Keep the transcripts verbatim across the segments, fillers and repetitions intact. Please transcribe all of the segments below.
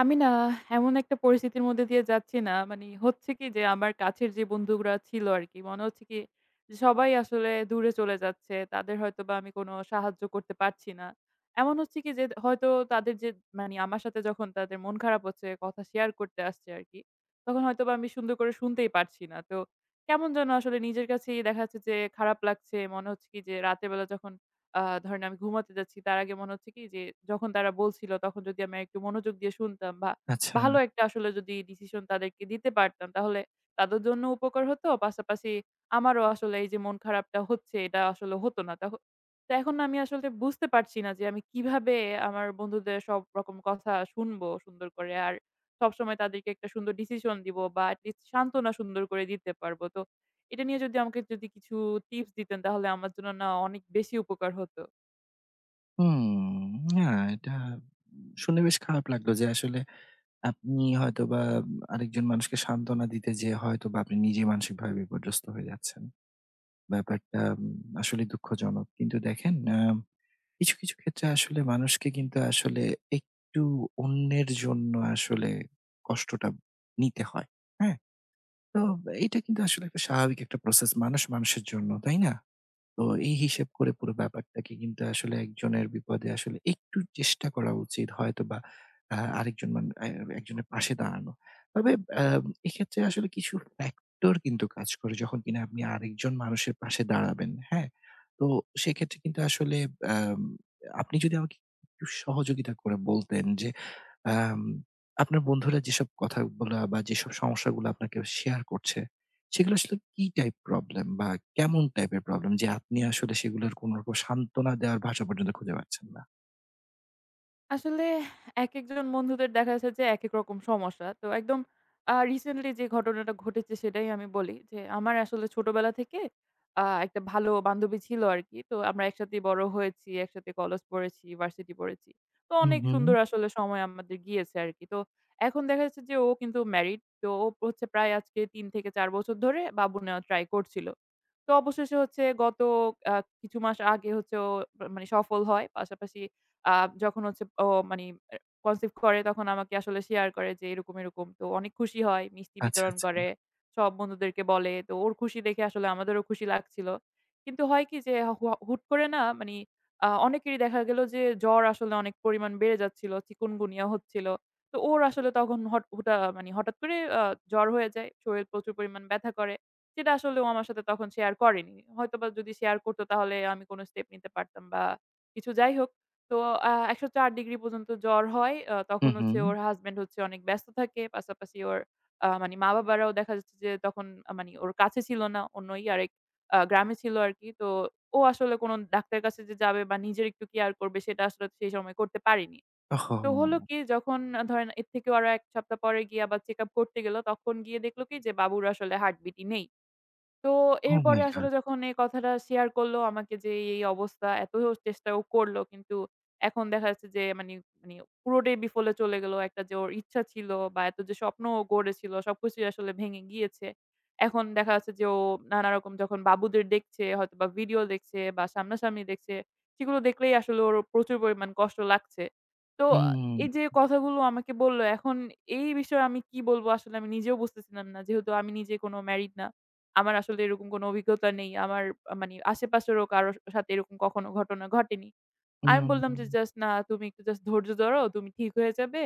আমি না এমন একটা পরিস্থিতির মধ্যে দিয়ে যাচ্ছি না মানে হচ্ছে কি যে আমার কাছের যে বন্ধুরা ছিল আরকি মনে হচ্ছে কি যে সবাই আসলে দূরে চলে যাচ্ছে। তাদের হয়তোবা আমি কোনো সাহায্য করতে পারছি না। এমন হচ্ছে কি যে হয়তো তাদের যে মানে আমার সাথে যখন তাদের মন খারাপ হচ্ছে কথা শেয়ার করতে আসছে আরকি, তখন হয়তোবা আমি সুন্দর করে শুনতেই পারছি না। তো কেমন যেন আসলে নিজের কাছেই দেখা যাচ্ছে যে খারাপ লাগছে। মনে হচ্ছে কি যে রাতের বেলা যখন আ ধরেন আমি ঘুমাতে যাচ্ছি তার আগে মনে হচ্ছে কি যে যখন তারা বলছিল তখন যদি আমি একটু মনোযোগ দিয়ে শুনতাম বা আচ্ছা। ভালো একটা আসলে যদি ডিসিশন তাদেরকে দিতে পারতাম তাহলে তাদের জন্য উপকার হতো। পাশাপাশি আমারও আসলে এই যে মন খারাপটা হচ্ছে এটা আসলে হতো না। তখ তো এখন আমি আসলে বুঝতে পারছি না যে আমি কিভাবে আমার বন্ধুদের সব রকম কথা শুনবো সুন্দর করে। আর সবসময় তাদেরকে একটা সুন্দর ডিসিশন দিব বা এটলিস্ট সান্ত্বনা সুন্দর করে দিতে পারব। তো এটা নিয়ে যদি আমাকে যদি কিছু টিপস দিতেন তাহলে আমার জন্য না অনেক বেশি উপকার হতো। হুম, না, এটা শুনে বেশ খারাপ লাগলো যে আসলে আপনি হয়তোবা আরেকজন মানুষকে সান্ত্বনা দিতে যেয়ে হয়তোবা আপনি নিজে মানসিকভাবে বিপর্যস্ত হয়ে যাচ্ছেন। ব্যাপারটা উম আসলেই দুঃখজনক। কিন্তু দেখেন, আ কিছু, কিছু ক্ষেত্রে আসলে মানুষকে কিন্তু আসলে একটু অন্যের জন্য আসলে কষ্টটা নিতে হয়। হ্যাঁ? তো এটা কিন্তু আসলে একটা স্বাভাবিক একটা প্রসেস। মানুষ মানুষের জন্য, তাই না? তো এই হিসেব করে পুরো ব্যাপারটাকে কিন্তু আসলে একজনের বিপদে আসলে একটু চেষ্টা করা উচিত হয়তোবা আ আরেকজন মান আ একজনের পাশে দাঁড়ানো। তবে আ এক্ষেত্রে আসলে কিছু ফ্যাক্টর কিন্তু কাজ করে যখন কিনা আপনি আরেকজন মানুষের পাশে দাঁড়াবেন, হ্যাঁ? তো সেক্ষেত্রে কিন্তু আসলে আম আপনি যদি আমাকে একটু সহযোগিতা করে বলতেন যে আম আপনার বন্ধুরা যেসব কথাগুলা বা যেসব সমস্যাগুলো আপনাকে শেয়ার করছে, সেগুলো আসলে কি টাইপ প্রবলেম বা কেমন টাইপের প্রবলেম যে আপনি আসলে সেগুলোর কোনরকম সান্ত্বনা দেওয়ার ভাষা পর্যন্ত খুঁজে পাচ্ছেন না? আসলে একেকজন বন্ধুদের দেখা যাচ্ছে যে একেক রকম সমস্যা। তো একদম আ রিসেন্টলি যে ঘটনাটা ঘটেছে সেটাই আমি বলি যে, আমার আসলে ছোটবেলা থেকে আ একটা ভালো বান্ধবী ছিল আরকি। তো আমরা একসাথে বড় হয়েছি, একসাথে কলেজ পড়েছি, ভার্সিটি পড়েছি। তো হুম, অনেক হুম। সুন্দর আসলে সময় আমাদের গিয়েছে আরকি। তো এখন দেখা যাচ্ছে যে ও কিন্তু ম্যারিড। তো ও হচ্ছে প্রায় আজকে তিন থেকে চার বছর ধরে বাবু নেওয়ার ট্রাই করছিল। তো অবশেষে হচ্ছে গত আ কিছু মাস আগে হচ্ছে ও মানে সফল হয়। পাশাপাশি আ যখন হচ্ছে ও মানে এ কনসিভ করে তখন আমাকে আসলে শেয়ার করে যে এরকম, এরকম। তো অনেক খুশি হয়। মিষ্টি আচ্ছা, বিতরণ আচ্ছা। করে। সব বন্ধুদেরকে বলে। তো ওর খুশি দেখে আসলে আমাদেরও খুশি লাগছিল। কিন্তু হয় কি যে হু হুট করে না মানে আ অনেকেরই দেখা গেল যে জ্বর আসলে অনেক পরিমাণ বেড়ে যাচ্ছিল। চিকুনগুনিয়া হচ্ছিল। তো ওর আসলে তখন হট হুটা মানে হঠাৎ করে আ জ্বর হয়ে যায়। শরীর প্রচুর পরিমাণ ব্যথা করে। যেটা আসলে ও আমার সাথে তখন শেয়ার করেনি। হয়তোবা যদি শেয়ার করত তাহলে আমি কোনো স্টেপ নিতে পারতাম বা কিছু। যাই হোক, তো আ একশো চার ডিগ্রি পর্যন্ত জ্বর হয়। আ হুম, তখন হচ্ছে হুম। ওর হাসব্যান্ড হচ্ছে অনেক ব্যস্ত থাকে। পাশাপাশি ওর আ মানে মা-বাবারাও দেখা যাচ্ছে যে তখন আ মানে ওর কাছে ছিল না। অন্যই আরেক আ গ্রামে ছিল আরকি। তো ও আসলে কোনো ডাক্তারের কাছে যে যাবে বা নিজের একটু কেয়ার করবে সেটা আসলে সেই সময় করতে পারেনি। ওহো! তো হলো কি যখন ধরেন এর থেকে আরো এক সপ্তাহ পরে গিয়ে আবার চেকআপ করতে গেল, তখন গিয়ে দেখল কি যে বাবুর আসলে হার্টবিটই নেই। তো ওহ ও এরপরে মাই গড! আসলে যখন এই কথাটা শেয়ার করলো আমাকে যে এই, এই অবস্থা, এত চেষ্টাও করলো কিন্তু এখন দেখা যাচ্ছে যে মানি মানি পুরোটাই বিফলে চলে গেল। একটা যে ওর ইচ্ছা ছিল বা এত যে স্বপ্ন ও গড়েছিল সবকিছুই আসলে ভেঙে গিয়েছে। এখন দেখা যাচ্ছে যে ও নানারকম যখন বাবুদের দেখছে হয়তোবা ভিডিও দেখছে বা সামনাসামনি দেখছে, সেগুলো দেখলেই আসলে ওর প্রচুর পরিমাণ কষ্ট লাগছে। তো হুম, এই যে কথাগুলো আমাকে বলল এখন এই বিষয়ে আমি কি বলব আসলে আমি নিজেও বুঝতেছিলাম না। যেহেতু আমি নিজে কোনো ম্যারিড না। আমার আসলে এরকম কোনো অভিজ্ঞতা নেই। আমার আ মানে আশেপাশেরও কারো সাথে এরকম কখনো ঘটনা ঘটেনি। আমি হুম, বললাম যে, "জাস্ট না তুমি একটু জাস্ট ধৈর্য ধরো, তুমি ঠিক হয়ে যাবে।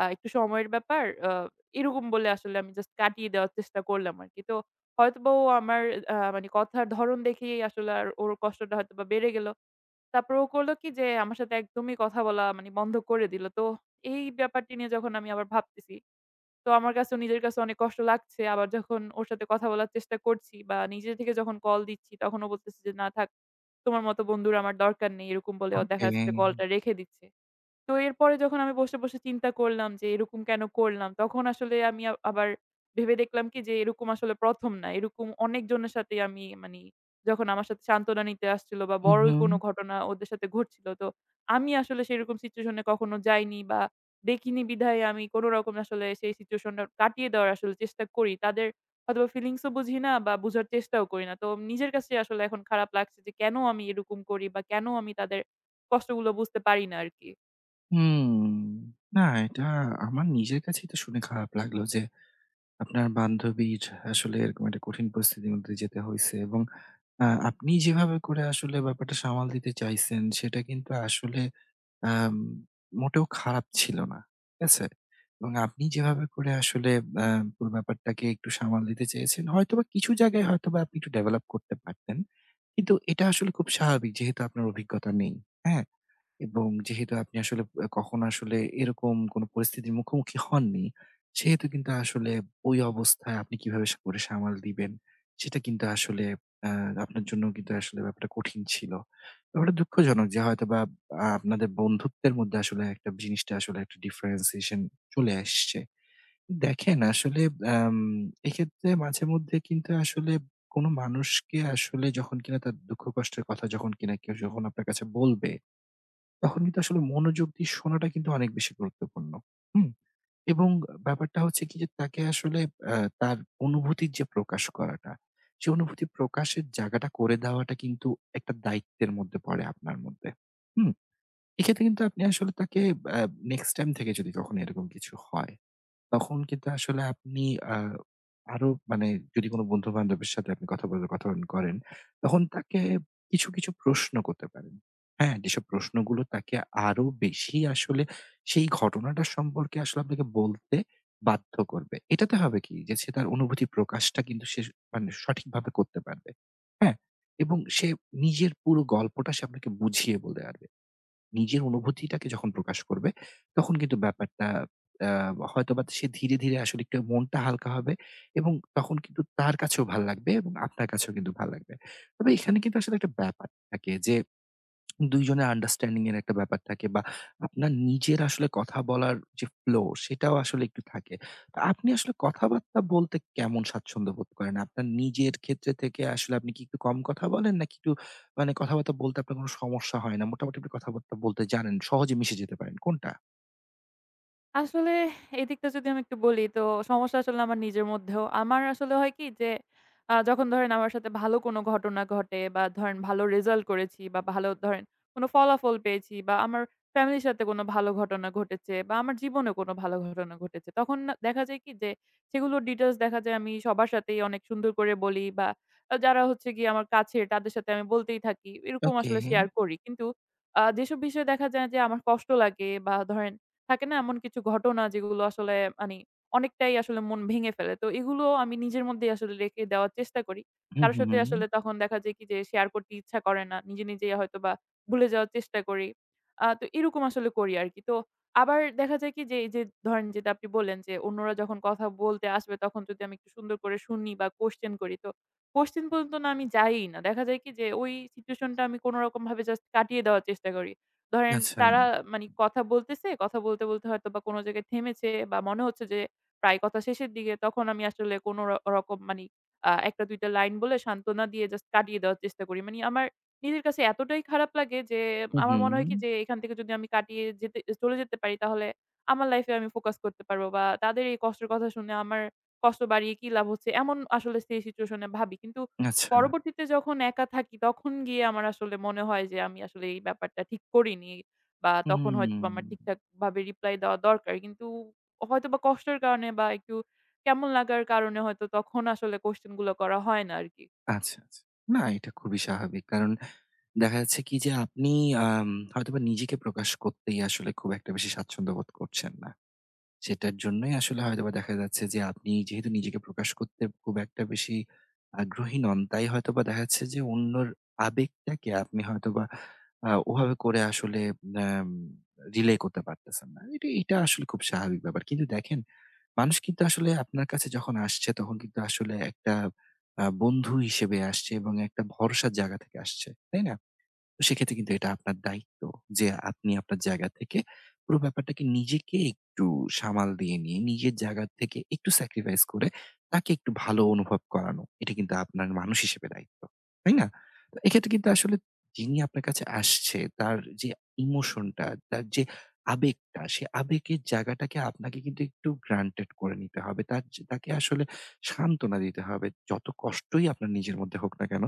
আ একটু সময়ের ব্যাপার।" আ এরকম বলে আসলে আমি জাস্ট কাটিয়ে দেওয়ার চেষ্টা করলাম আরকি। তো হয়তোবা ও আমার আ মানে কথার ধরণ দেখেই আসলে আর ওর কষ্টটা হয়তোবা বেড়ে গেল। তারপর ও করলো কি যে, আমার সাথে একদমই কথা বলা মানে বন্ধ করে দিল। তো এই ব্যাপারটি নিয়ে যখন আমি আবার ভাবতেছি তো আমার কাছেও নিজের কাছে অনেক কষ্ট লাগছে। আবার যখন ওর সাথে কথা বলার চেষ্টা করছি বা নিজে থেকে যখন কল দিচ্ছি তখন ও বলতেছে যে, "না থাক, তোমার মতো বন্ধুর আমার দরকার নেই।" এরকম বলে ও দেখা ওকে। যাচ্ছে যে কলটা রেখে দিচ্ছে। তো এরপরে যখন আমি বসে, বসে চিন্তা করলাম যে এরকম কেন করলাম? তখন আসলে আমি আ আবার ভেবে দেখলাম কি যে এরকম আসলে প্রথম না। এরকম অনেকজনের সাথে আমি মানি যখন আমার সাথে সান্ত্বনা নিতে আসছিল বা হুম, বড়ই হুম, কোনো ঘটনা ওদের সাথে ঘটছিল। তো আমি আসলে সেরকম সিচুয়েশন এ কখনো যাইনি বা দেখিনি বিধায় আমি কোন রকম আসলে সেই সিচুয়েশন টা কাটিয়ে দেওয়ার আসলে চেষ্টা করি। তাদের হয়তোবা ফিলিংস ও বুঝি না বা বুঝার চেষ্টাও করি না। তো নিজের কাছে আসলে এখন খারাপ লাগছে যে কেন আমি এরকম করি বা কেন আমি তাদের কষ্টগুলো বুঝতে পারি না আরকি। হুম। না, এটা আমার নিজের কাছেই তো শুনে খারাপ লাগলো যে আপনার বান্ধবীর আসলে এরকম একটা কঠিন পরিস্থিতির মধ্যে যেতে হইছে। এবং আ আপনি যেভাবে করে আসলে ব্যাপারটা সামাল দিতে চাইছেন সেটা কিন্তু আসলে আম মোটেও খারাপ ছিল না। ঠিক আছে? এবং আপনি যেভাবে করে আসলে আ পুরো ব্যাপারটাকে একটু সামাল দিতে চেয়েছেন, হয়তোবা কিছু জায়গায় হয়তোবা আপনি একটু ডেভেলপ করতে পারতেন। কিন্তু এটা আসলে খুব স্বাভাবিক যেহেতু আপনার অভিজ্ঞতা নেই। হ্যাঁ? এবং যেহেতু আপনি আসলে আ কখনো আসলে এরকম কোনো পরিস্থিতির মুখোমুখি হননি, সেহেতু কিন্তু আসলে ওই অবস্থায় আপনি কিভাবে সা করে সামাল দিবেন, সেটা কিন্তু আসলে আ আপনার জন্য কিন্তু আসলে ব্যাপারটা কঠিন ছিল। ব্যাপারটা দুঃখজনক যে হয়তোবা আ আপনাদের বন্ধুত্বের মধ্যে আসলে একটা জিনিসটা আসলে একটা differentiation চলে আসছে। দেখেন আসলে আম এক্ষেত্রে মাঝেমধ্যে কিন্তু আসলে কোনো মানুষকে আসলে যখন কিনা তার দুঃখ কষ্টের কথা যখন কিনা কেউ যখন আপনার কাছে বলবে তখন কিন্তু আসলে মনোযোগ দিয়ে শোনাটা কিন্তু অনেক বেশি গুরুত্বপূর্ণ। হুম? এবং ব্যাপারটা হচ্ছে কি যে তাকে আসলে আ তার অনুভূতির যে প্রকাশ করাটা, সে অনুভূতি প্রকাশের জায়গাটা করে দেওয়াটা কিন্তু একটা দায়িত্বের মধ্যে পড়ে আপনার মধ্যে। হুম? এক্ষেত্রে কিন্তু আপনি আসলে তাকে আ নেক্সট টাইম থেকে যদি কখনো এরকম কিছু হয় তখন কিন্তু আসলে আপনি আ আরো মানে যদি কোন বন্ধু-বান্ধবের সাথে আপনি কথা বলার কথা করেন, তখন তাকে কিছু, কিছু প্রশ্ন করতে পারেন। হ্যাঁ, যেসব প্রশ্নগুলো তাকে আরো বেশি আসলে সেই ঘটনাটা সম্পর্কে আসলে আপনাকে বলতে বাধ্য করবে। এটাতে হবে কি যে সে তার অনুভূতি প্রকাশটা কিন্তু সে মানে সঠিকভাবে করতে পারবে। হ্যাঁ? এবং সে নিজের পুরো গল্পটা সে আপনাকে বুঝিয়ে বলতে পারবে। নিজের অনুভূতিটাকে যখন প্রকাশ করবে, তখন কিন্তু ব্যাপারটা আ হয়তোবা সে ধীরে, ধীরে আসলে একটু মনটা হালকা হবে এবং তখন কিন্তু তার কাছেও ভাল লাগবে এবং আপনার কাছেও কিন্তু ভাল লাগবে। তবে এখানে কিন্তু আসলে একটা ব্যাপার থাকে যে দুইজনের আন্ডারস্ট্যান্ডিং এর একটা ব্যাপার থাকে বা আপনার নিজের আসলে কথা বলার যে ফ্লো সেটাও আসলে একটু থাকে। তো আপনি আসলে কথাবার্তা বলতে কেমন স্বাচ্ছন্দ্য বোধ করেন? আপনার নিজের ক্ষেত্রে থেকে আসলে আপনি কি একটু কম কথা বলেন নাকি একটু মানে কথাবার্তা বলতে আপনার কোনো সমস্যা হয় না? মোটামুটি আপনি কথাবার্তা বলতে জানেন, সহজে মিশে যেতে পারেন কোনটা? আসলে এই দিকটা যদি আমি একটু বলি তো সমস্যা আসলে আমার নিজের মধ্যেও। আমার আসলে হয় কি যে আ যখন ধরেন আমার সাথে ভালো কোনো ঘটনা ঘটে বা ধরেন ভালো রেজাল্ট করেছি বা ভালো ধরেন কোনো ফলাফল পেয়েছি বা আমার ফ্যামিলির সাথে কোনো ভালো ঘটনা ঘটেছে বা আমার জীবনে কোনো ভালো ঘটনা ঘটেছে। তখন না দেখা যায় কি যে সেগুলোর ডিটেইলস দেখা যায় আমি সবার সাথেই অনেক সুন্দর করে বলি বা আ যারা হচ্ছে গিয়ে আমার কাছের তাদের সাথে আমি বলতেই থাকি। এরকম ওকে। আসলে শেয়ার করি। কিন্তু আ যেসব বিষয়ে দেখা যায় যে আমার কষ্ট লাগে বা ধরেন থাকে না এমন কিছু ঘটনা যেগুলো আসলে মানে অনেকটাই আসলে মন ভেঙে ফেলে। তো এগুলোও আমি নিজের মধ্যেই আসলে রেখে দেওয়ার চেষ্টা করি। হুম, কারো সাথে হুম। আসলে তখন দেখা যায় কি যে শেয়ার করতে ইচ্ছা করে না। নিজে, নিজেই হয়তোবা ভুলে যাওয়ার চেষ্টা করি। আ তো এরকম আসলে করি আরকি। তো আবার দেখা যায় কি যে এই যে ধরেন যেটা আপনি বললেন যে অন্যরা যখন কথা বলতে আসবে তখন যদি আমি একটু সুন্দর করে শুনি বা কোয়েশ্চেন করি তো কোয়েশ্চেন পর্যন্ত না আমি যাইই না। দেখা যায় কি যে ওই সিচুয়েশনটা আমি কোন রকম ভাবে জাস্ট কাটিয়ে দেওয়ার চেষ্টা করি। ধরেন আচ্ছা। তারা মানে কথা বলতেছে, কথা বলতে, বলতে হয়তোবা কোনো জায়গায় থেমেছে বা মনে হচ্ছে যে প্রায় কথা শেষের দিকে, তখন আমি আসলে কোনো র রকম মানি আ এক টা দুই টা লাইন বলে সান্ত্বনা দিয়ে জাস্ট কাটিয়ে দেওয়ার চেষ্টা করি। মানে আমার নিজের কাছে এতটাই খারাপ লাগে যে হু, আমার হুম। মনে হয় কি যে এখান থেকে যদি আমি কাটিয়ে যেতে চলে যেতে পারি তাহলে আমার লাইফে আমি ফোকাস করতে পারবো বা তাদের এই কষ্টের কথা শুনে আমার কষ্ট বাড়িয়ে কি লাভ হচ্ছে? এমন আসলে সেই সিচুয়েশন এ ভাবি। কিন্তু আচ্ছা। পরবর্তীতে যখন একা থাকি তখন গিয়ে আমার আসলে মনে হয় যে আমি আসলে এই ব্যাপারটা ঠিক করিনি বা তখন হয়তোবা হুম। আমার ঠিকঠাক ভাবে রিপ্লাই দেওয়া দরকার। কিন্তু হয়তোবা কষ্টের কারণে বা একটু কেমন লাগার কারণে হয়তো তখন আসলে কোয়েশ্চেন গুলো করা হয় না আরকি। আচ্ছা, আচ্ছা। না, এটা খুবই স্বাভাবিক। কারণ দেখা যাচ্ছে কি যে আপনি আম হয়তোবা নিজেকে প্রকাশ করতেই আসলে খুব একটা বেশি স্বাচ্ছন্দ্য বোধ করছেন না। সেটার জন্যই আসলে হয়তোবা দেখা যাচ্ছে যে আপনি যেহেতু নিজেকে প্রকাশ করতে খুব একটা বেশি আগ্রহী নন, তাই হয়তোবা দেখা যাচ্ছে যে অন্যর আবেগটাকে আপনি হয়তোবা আ ওভাবে করে আসলে আম রিলে করতে পারতেছেন না। এটা এটা আসলে খুব স্বাভাবিক ব্যাপার। কিন্তু দেখেন, মানুষ কিন্তু আসলে আপনার কাছে যখন আসছে তখন কিন্তু আসলে একটা আ বন্ধু হিসেবে আসছে এবং একটা ভরসার জায়গা থেকে আসছে। তাই না? তো সেক্ষেত্রে কিন্তু এটা আপনার দায়িত্ব যে আপনি আপনার জায়গা থেকে পুরো ব্যাপারটাকে নিজেকে একটু সামাল দিয়ে নিয়ে নিজের জায়গা থেকে একটু স্যাক্রিফাইস করে তাকে একটু ভালো অনুভব করানো, এটা কিন্তু আপনার মানুষ হিসেবে দায়িত্ব। তাই না? তো এক্ষেত্রে কিন্তু আসলে যিনি আপনার কাছে আসছে তার যে ইমোশনটা, তার যে আবেগটা, সে আবেগের জায়গাটাকে আপনাকে কিন্তু একটু গ্রান্টেড করে নিতে হবে। তার যে- তাকে আসলে সান্ত্বনা দিতে হবে, যত কষ্টই আপনার নিজের মধ্যে হোক না কেন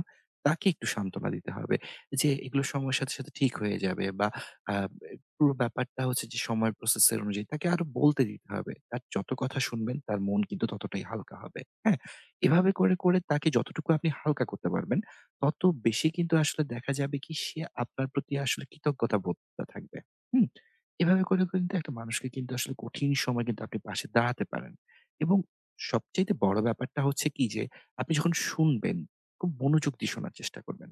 তাকে একটু সান্ত্বনা দিতে হবে যে এগুলো সময়ের সাথে, সাথে ঠিক হয়ে যাবে। বা আ এ পুরো ব্যাপারটা হচ্ছে যে সময়ের প্রসেস এর অনুযায়ী তাকে আরো বলতে দিতে হবে। তার যত কথা শুনবেন তার মন কিন্তু ততটাই হালকা হবে। হ্যাঁ? এভাবে করে, করে তাকে যতটুকু আপনি হালকা করতে পারবেন, তত বেশি কিন্তু আসলে দেখা যাবে কি সে আপনার প্রতি আসলে কৃতজ্ঞতা বোধটা থাকবে। হুম? এভাবে করে করে কিন্তু একটা মানুষকে কিন্তু আসলে কঠিন সময় কিন্তু আপনি পাশে দাঁড়াতে পারেন। এবং সবচাইতে বড় ব্যাপারটা হচ্ছে কি যে আপনি যখন শুনবেন খুব মনোযোগ দিয়ে শোনার চেষ্টা করবেন।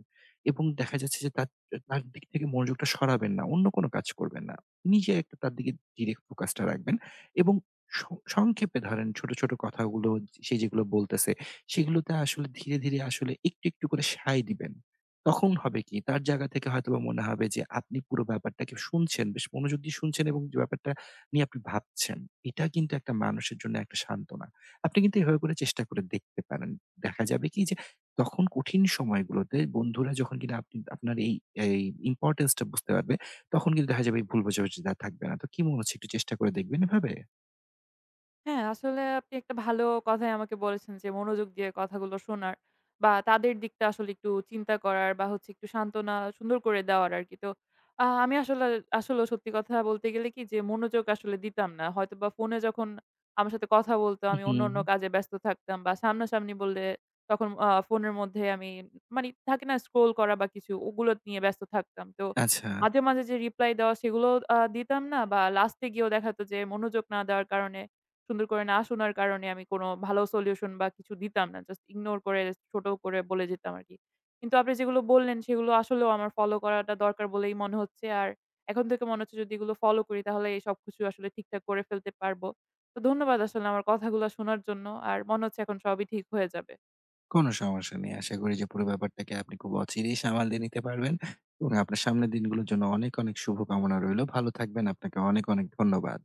এবং দেখা যাচ্ছে যে তার তার দিক থেকে মনোযোগটা সরাবেন না। অন্য কোনো কাজ করবেন না। নিজে একটা তার দিকে ডিরেক্ট ফোকাসটা রাখবেন এবং স সংক্ষেপে ধরেন ছোট, ছোট কথাগুলো সে যেগুলো বলতেছে সেগুলোতে আসলে ধীরে, ধীরে আসলে একটু, একটু করে সায় দিবেন। তখন হবে কি, তার জায়গা থেকে হয়তোবা মনে হবে যে আপনি পুরো ব্যাপারটাকে শুনছেন, বেশ মনোযোগ দিয়ে শুনছেন এবং যে ব্যাপারটা নিয়ে আপনি ভাবছেন। এটা কিন্তু একটা মানুষের জন্য একটা সান্ত্বনা। আপনি কিন্তু এভাবে করে চেষ্টা করে দেখতে পারেন। দেখা যাবে কি তখন কঠিন সময়গুলোতে বন্ধুরা যখন কিনা আপনি আপনার এই, এই ইম্পোর্টেন্স টা বুঝতে পারবে, তখন কিন্তু দেখা যাবে এই ভুল বোঝাবুঝিটা আর থাকবে না। তো কি মনে হচ্ছে, একটু চেষ্টা করে দেখবেন এভাবে? হ্যাঁ, আসলে আপনি একটা ভালো কথাই আমাকে বলেছেন যে মনোযোগ দিয়ে কথাগুলো শোনার বা তাদের দিকটা আসলে একটু চিন্তা করার বা হচ্ছে একটু সান্ত্বনা সুন্দর করে দেওয়ার আরকি। তো আ আমি আসলে আসলেও সত্যি কথা বলতে গেলে কি যে মনোযোগ আসলে দিতাম না। হয়তোবা ফোনে যখন আমার সাথে কথা বলত আমি অন্য, হুম। অন্য কাজে ব্যস্ত থাকতাম বা সামনাসামনি বললে তখন আ ফোনের মধ্যে আমি মানে থাকে না স্ক্রল করা বা কিছু ওগুলো নিয়ে ব্যস্ত থাকতাম। তো আচ্ছা, মাঝে, মাঝে যে রিপ্লাই দেওয়া সেগুলোও আ দিতাম না বা লাস্টে গিয়েও দেখা যেত যে মনোযোগ না দেওয়ার কারণে সুন্দর করে না শোনার কারণে আমি কোনো ভালো সলিউশন বা কিছু দিতাম না। জাস্ট ইগনোর করে ছোট করে বলে যেতাম আরকি। কিন্তু আপনি যেগুলো বললেন সেগুলো আসলেও আমার ফলো করাটা দরকার বলেই মনে হচ্ছে। আর এখন থেকে মনে হচ্ছে যদি এগুলো ফলো করি তাহলে এই সবকিছু আসলে ঠিকঠাক করে ফেলতে পারবো। তো ধন্যবাদ আসলে আমার কথাগুলো শোনার জন্য। আর মনে হচ্ছে এখন সবই ঠিক হয়ে যাবে। কোনো সমস্যা নেই। আশা করি যে পুরো ব্যাপারটাকে আপনি খুব অচিরেই সামাল দিয়ে নিতে পারবেন এবং আপনার সামনের দিনগুলোর জন্য অনেক, অনেক শুভকামনা রইলো। ভালো থাকবেন। আপনাকে অনেক, অনেক ধন্যবাদ।